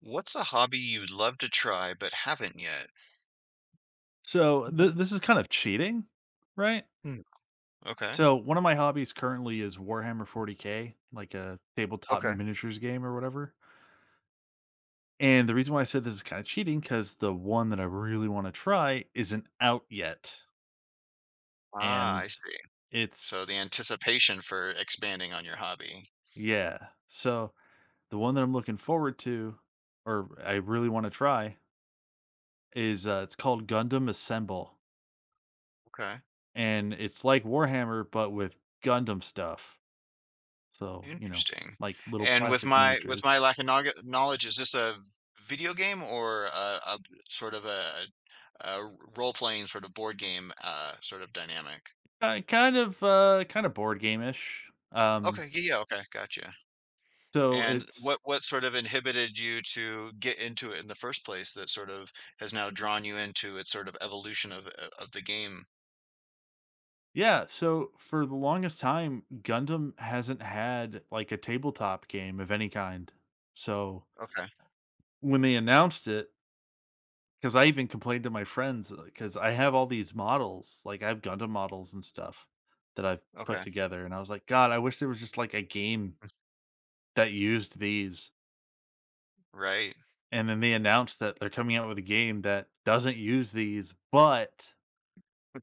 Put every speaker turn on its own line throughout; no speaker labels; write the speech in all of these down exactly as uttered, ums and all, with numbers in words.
What's a hobby you'd love to try but haven't yet?
So th- this is kind of cheating, right?
Hmm. Okay.
So one of my hobbies currently is Warhammer forty K, like a tabletop
Okay.
miniatures game or whatever. And the reason why I said this is kind of cheating because the one that I really want to try isn't out yet.
Ah,
And
I see. So
it's,
the anticipation for expanding on your hobby.
yeah. So the one that I'm looking forward to, or I really want to try, is uh, it's called Gundam Assemble.
Okay.
And it's like Warhammer, but with Gundam stuff. So, you know,
Interesting.
like little
And with
plastic
my with
miniatures.
my lack of knowg- knowledge, is this a video game or a a sort of a, a role playing sort of board game uh, sort of dynamic?
Uh, kind of, uh, kind of board game-ish. Um,
Okay. Yeah. Yeah, okay. Gotcha.
so
And
it's
what what sort of inhibited you to get into it in the first place that sort of has now drawn you into its sort of evolution of uh, of the game?
yeah, so for the longest time, Gundam hasn't had, like, a tabletop game of any kind. So,
Okay.
when they announced it, because I even complained to my friends, because I have all these models, like, I have Gundam models and stuff that I've put
Okay.
together, and I was like, "God, I wish there was just, like, a game that used these."
Right.
And then they announced that they're coming out with a game that doesn't use these, but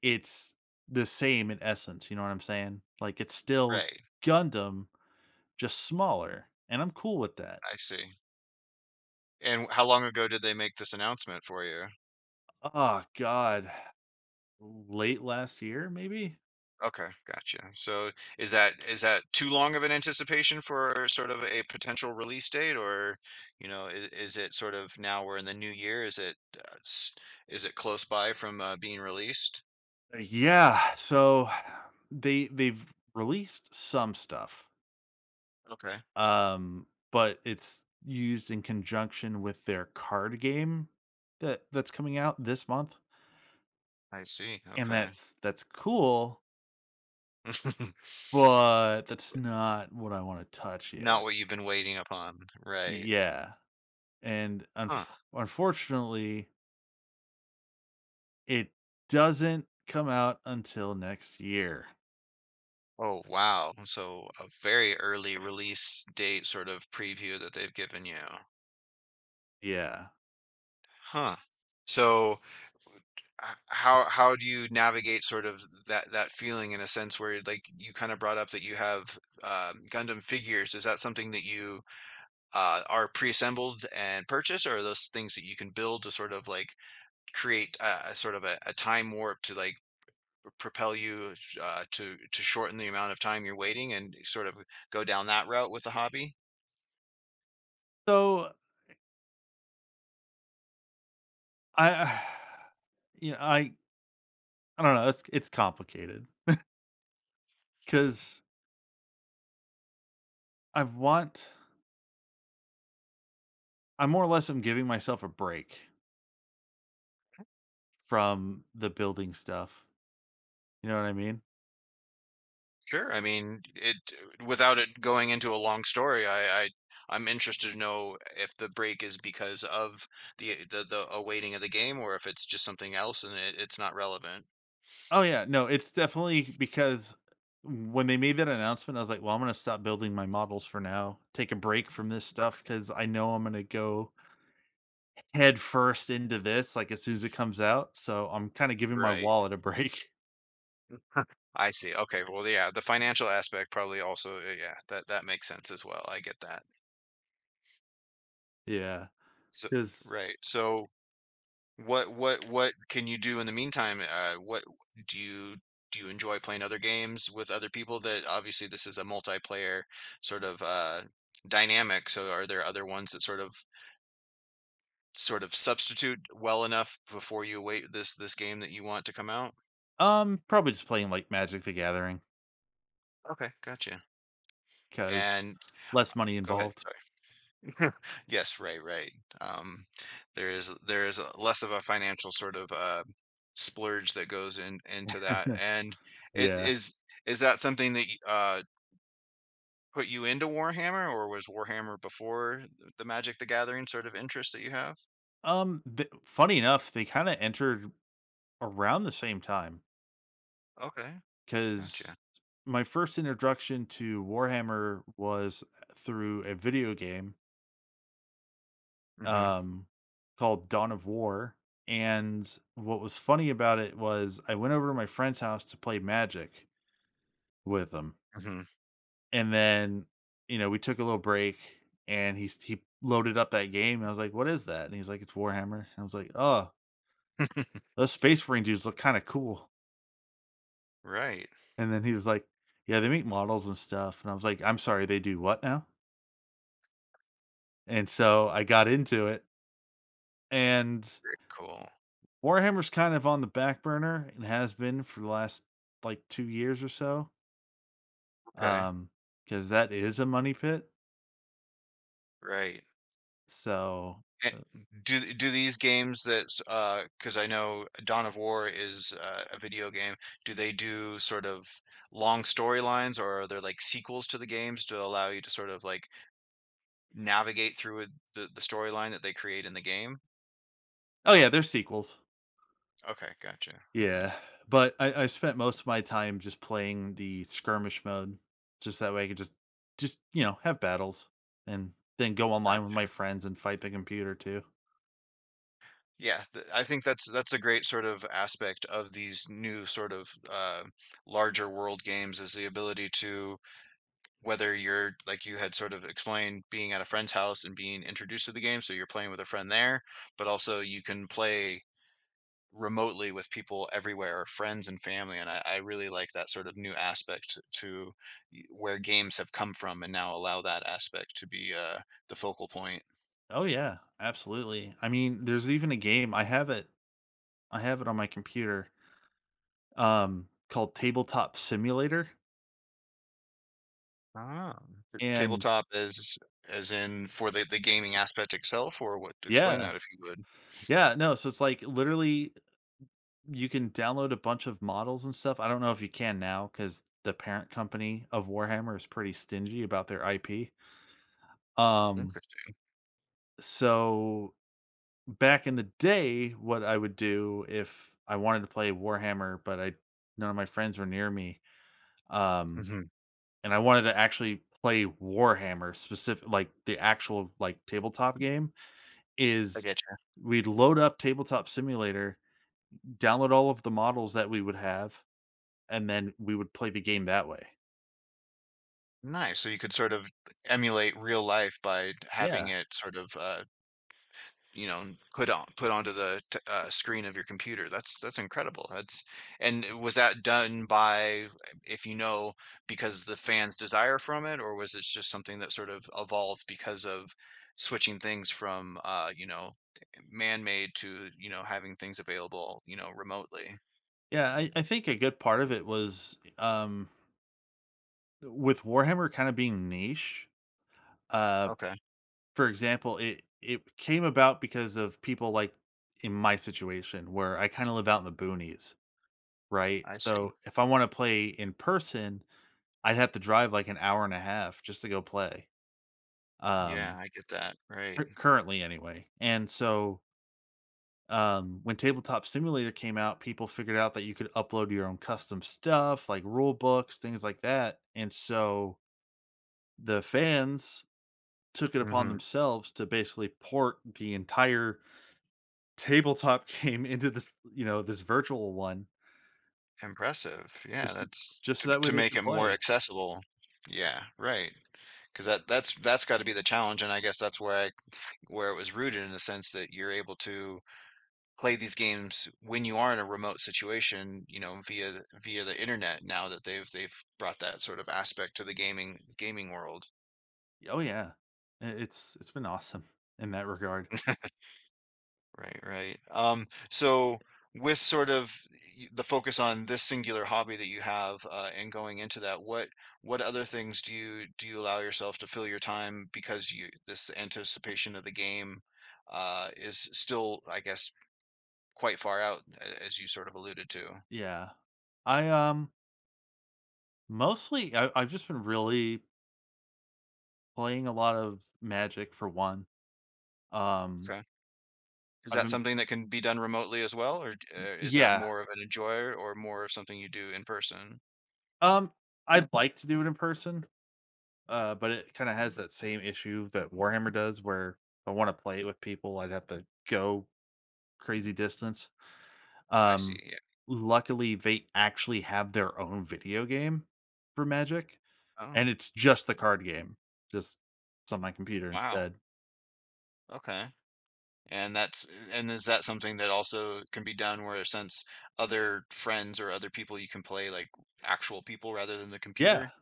it's the same in essence, you know what I'm saying? Like, it's still
Right.
Gundam, just smaller, and I'm cool with that.
I see. And how long ago did they make this announcement for you?
Oh god, late last year, maybe?
Okay, gotcha. So is that is that too long of an anticipation for sort of a potential release date or, you know, is, is it sort of now we're in the new year? Is it uh, s- is it close by from uh, being released?
Uh, Yeah, so they they've released some stuff,
Okay.
um, but it's used in conjunction with their card game that that's coming out this month,
I see.
and
Okay.
that's that's cool, but that's not what I wanna touch yet.
Not what you've been waiting upon, right.
Yeah. and un
Huh.
unfortunately, it doesn't come out until next year.
Oh, wow. So a very early release date sort of preview that they've given you.
Yeah.
Huh. So h how how do you navigate sort of that that feeling in a sense where, like, you kinda brought up that you have, um, Gundam figures. Is that something that you, uh, are preassembled and purchase, or are those things that you can build to sort of, like, create a a sort of a a time warp to, like, propel you uh, to to shorten the amount of time you're waiting and sort of go down that route with the hobby?
So, I you know, I I don't know, it's it's complicated because I want I more or less am giving myself a break from the building stuff, you know what I mean?
Sure. I mean, it without it going into a long story, I, I I'm interested to know if the break is because of the the the awaiting of the game or if it's just something else and it, it's not relevant.
Oh, yeah, no, it's definitely because when they made that announcement, I was like, "Well, I'm gonna stop building my models for now, take a break from this
Okay.
stuff because I know I'm gonna go head first into this, like, as soon as it comes out, so I'm kinda giving my
Right.
wallet a break."
I see. Okay. Well, yeah, the financial aspect probably also, uh, yeah, that that makes sense as well. I get that.
Yeah,
So,
because
right. So What what what can you do in the meantime? Uh, what do you do you enjoy playing other games with other people that obviously this is a multiplayer sort of uh dynamic. So are there other ones that sort of sort of substitute well enough before you await this this game that you want to come out?
um, probably just playing, like, Magic: The Gathering
Okay, gotcha.
because
And
less money
go ahead.
involved.
Yes, right, right. Um, there is there is a- less of a financial sort of uh, splurge that goes in into that. And it
Yeah.
is is that something that y- uh, put you into Warhammer, or was Warhammer before the Magic the Gathering sort of interest that you have?
Um, the funny enough, they kinda entered around the same time.
Okay, gotcha.
Because my first introduction to Warhammer was through a video game,
Hmm.
um, called Dawn of War, and what was funny about it was I went over to my friend's house to play Magic with him.
Hmm.
And then, you know, we took a little break and he's he loaded up that game. And I was like, "What is that?" And he's like, "It's Warhammer." And I was like, "Oh, those Space Marine dudes look kind of cool."
Right.
And then he was like, "Yeah, they make models and stuff." And I was like, "I'm sorry, they do what now?" And so I got into it, and
Very cool.
Warhammer's kind of on the back burner and has been for the last like two years or so.
Okay.
Um cuz that is a money pit.
Right.
So
Eh,
uh,
do th- do these games that's, because I know Dawn of War is, uh, a video game. Do they do sort of long storylines, or are there, like, sequels to the games to allow you to sort of, like, navigate through it the the storyline that they create in the game?
oh yeah, there's sequels.
Okay, gotcha, okay,
Yeah, but I I spent most of my time just playing the skirmish mode, just that way I could just just, you know, have battles and then go online with my
gotcha.
friends and fight the computer too.
Yeah, th I think that's that's a great sort of aspect of these new sort of, uh, larger world games is the ability to whether you're like you had sort of explained being at a friend's house and being introduced to the game so you're playing with a friend there but also you can play remotely with people everywhere, friends and family, and I, I really like that sort of new aspect to y- where games have come from and now allow that aspect to be uh, the focal point.
Oh yeah, absolutely. I mean, there's even a game I have it I have it on my computer, um, called Tabletop Simulator,
Ah.
and
Tabletop as as in for the, the gaming aspect itself or what explain
yeah,
that if you would.
yeah, no, so it's like literally you can download a bunch of models and stuff. I don't know if you can now because the parent company of Warhammer is pretty stingy about their I P. Um,
Interesting.
so back in the day, what I would do if I wanted to play Warhammer, but I none of my friends were near me, um,
Hmm.
and I wanted to actually play Warhammer specific, like the actual like tabletop game,
I
is
get you.
we'd load up Tabletop Simulator, download all of the models that we would have, and then we would play the game that way.
Nice, so you could sort of emulate real life by having
Yeah,
it sort of, uh, you know, put on put onto the t uh, screen of your computer. That's that's incredible. That's and was that done by, if you know, because the fans' desire from it, or was it just something that sort of evolved because of switching things from, uh, you know, man-made to, you know, having things available, you know, remotely?
yeah. I, I think a good part of it was um, with Warhammer kind of being niche. Uh,
Okay,
For example, it it came about because of people like in my situation where I kinda live out in the boonies, right?
I see.
So, if I wanna play in person, I'd have to drive like an hour and a half just to go play,
Yeah,
um,
I get that. Right.
cur currently anyway, and so, um, when Tabletop Simulator came out, people figured out that you could upload your own custom stuff, like rule books, things like that, and so the fans took it upon
Mhm.
themselves to basically port the entire Tabletop game into this, you know, this virtual one
Impressive. Yeah,
just s
that's
just
to
so that way
to
they
make
could
it more
play.
accessible. Yeah, right. Because that that's that's gotta be the challenge, and I guess that's where I where it was rooted in the sense that you're able to play these games when you are in a remote situation, you know, via the via the internet now that they've they've brought that sort of aspect to the gaming gaming world.
Oh, yeah. I it's it's been awesome in that regard.
Right, right. Um, so with sort of y- the focus on this singular hobby that you have, uh, and going into that, what what other things do you do you allow yourself to fill your time because you this anticipation of the game, uh, is still, I guess, quite far out a- as you sort of alluded to.
Yeah. I, um, mostly I I've just been really playing a lot of Magic for one. Um,
Okay. Is
I've
that
been
something that can be done remotely as well, or uh,
Y
is that
yeah.
more of an enjoyer or more of something you do in person?
Um, I'd like to do it in person, uh, but it kinda has that same issue that Warhammer does where if I wanna play it with people, I'd have to go crazy distance.
I see.
Um,
Yeah.
luckily, they actually have their own video game for Magic,
Oh,
and it's just the card game, just it's on my computer
wow.
instead.
Okay. And that's and is that something that also can be done where since other friends or other people you can play like actual people rather than the
Yeah.
computer?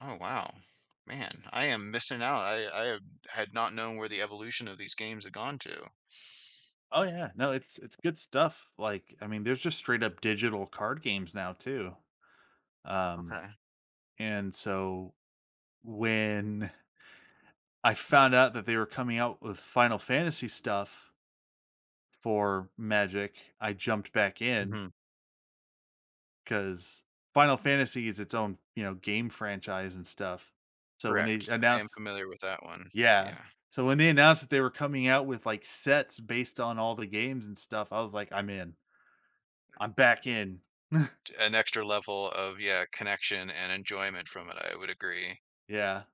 Oh wow. Man, I am missing out. I I have- had not known where the evolution of these games had gone to.
Oh, yeah. No, it's it's good stuff. Like, I mean, there's just straight up digital card games now too. Um,
Okay.
and so when I found out that they were coming out with Final Fantasy stuff for Magic, I jumped back in.
Hmm.
'Cause Final Fantasy is its own, you know, game franchise and stuff. So when they
Correct. I am
announced
familiar with that one.
Yeah.
Yeah.
So when they announced that they were coming out with, like, sets based on all the games and stuff, I was like, "I'm in. I'm back in."
T- An extra level of yeah, connection and enjoyment from it, I would agree.
Yeah.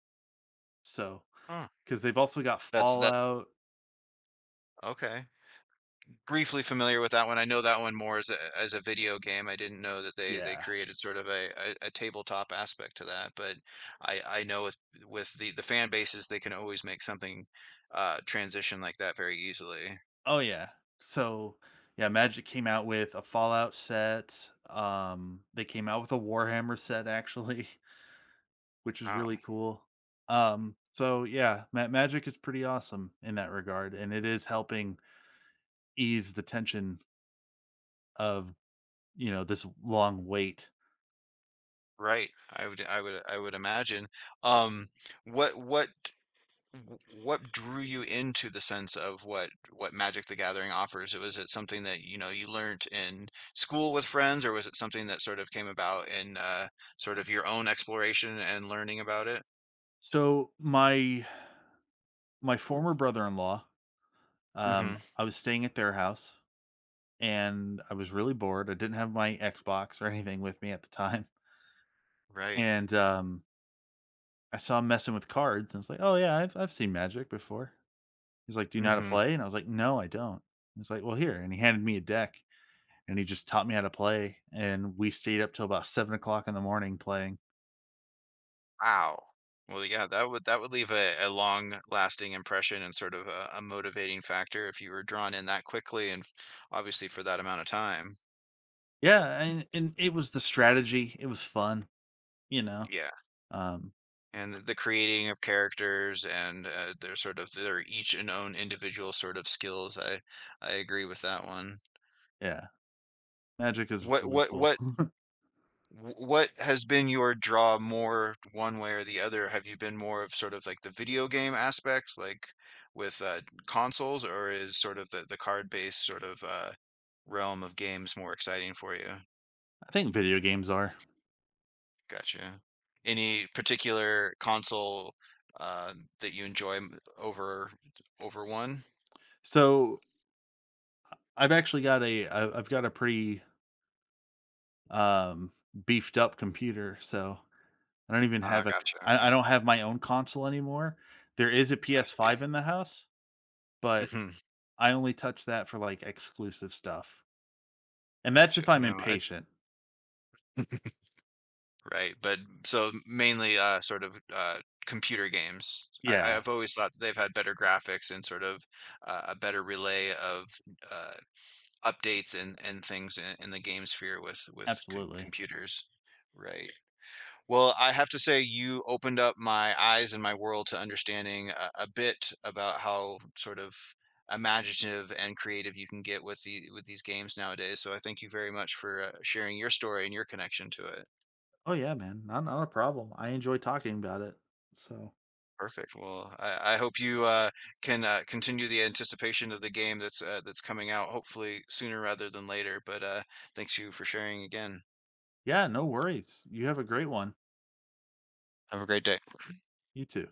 So
Huh.
because 'cause they've also got
That's that
Fallout.
okay. Briefly familiar with that one. I know that one more as a as a video game. I didn't know that they they
Yeah.
created sort of a a, a tabletop aspect to that, but I I know with with the the fan bases they can always make something uh transition like that very easily.
Oh, yeah. So, yeah, Magic came out with a Fallout set, um, they came out with a Warhammer set, actually. Which is
Oh,
really cool. Um, so yeah, ma magic is pretty awesome in that regard, and it is helping ease the tension of, you know, this long wait.
right. I would I would I would imagine. Um what what w- what drew you into the sense of what what Magic the Gathering offers? Was it something that you know you learned in school with friends, or was it something that sort of came about in uh, sort of your own exploration and learning about it?
So my my former brother-in-law,
Hmm.
um, I was staying at their house, and I was really bored. I didn't have my Xbox or anything with me at the time,
Right.
and, um, I saw him messing with cards, and I was like, "Oh, yeah, I've I've seen Magic before." He's like, "Do you know how to
Hmm.
play?" And I was like, "No, I don't." He's like, "Well, here." And he handed me a deck and he just taught me how to play. And we stayed up till about seven o'clock in the morning playing.
Wow. Well, yeah, that would that would leave a, a long lasting impression and sort of a, a motivating factor if you were drawn in that quickly and obviously for that amount of time.
Yeah, and and it was the strategy. It was fun, you know.
Yeah.
Um,
And the creating of characters and uh, their sort of their each and own individual sort of skills. I I agree with that one.
yeah, Magic is
What
really
what
cool.
what what has been your draw more one way or the other? Have you been more of sort of like the video game aspect, like with uh, consoles, or is sort of the, the card based sort of uh, realm of games more exciting for you?
I think video games are.
Gotcha. Any particular console uh, that you enjoy m- over over one?
So I've actually got a I- I've got a pretty um beefed up computer. So I don't even
Ah,
have a
gotcha,
I,
okay,
I don't have my own console anymore. There is a
I see.
P S five in the house, but
Mhm,
I only touch that for, like, exclusive stuff, and that's if
gotcha,
I'm
no, I
impatient.
right, but so mainly, uh, sort of, uh, computer games. I
Yeah,
I've always thought that they've had better graphics and sort of, uh, a better relay of, uh, updates and and things in in the game sphere with with co
absolutely.
computers, right. Well, I have to say you opened up my eyes and my world to understanding a, a bit about how sort of imaginative and creative you can get with the with these games nowadays. So I thank you very much for uh, sharing your story and your connection to it.
Oh, yeah, man. Not not a problem. I enjoy talking about it. So,
Perfect. Well, I, I hope you uh, can uh, continue the anticipation of the game that's uh, that's coming out hopefully sooner rather than later. But uh, thanks you for sharing again.
yeah, no worries. You have a great one.
Have a great day.
You too.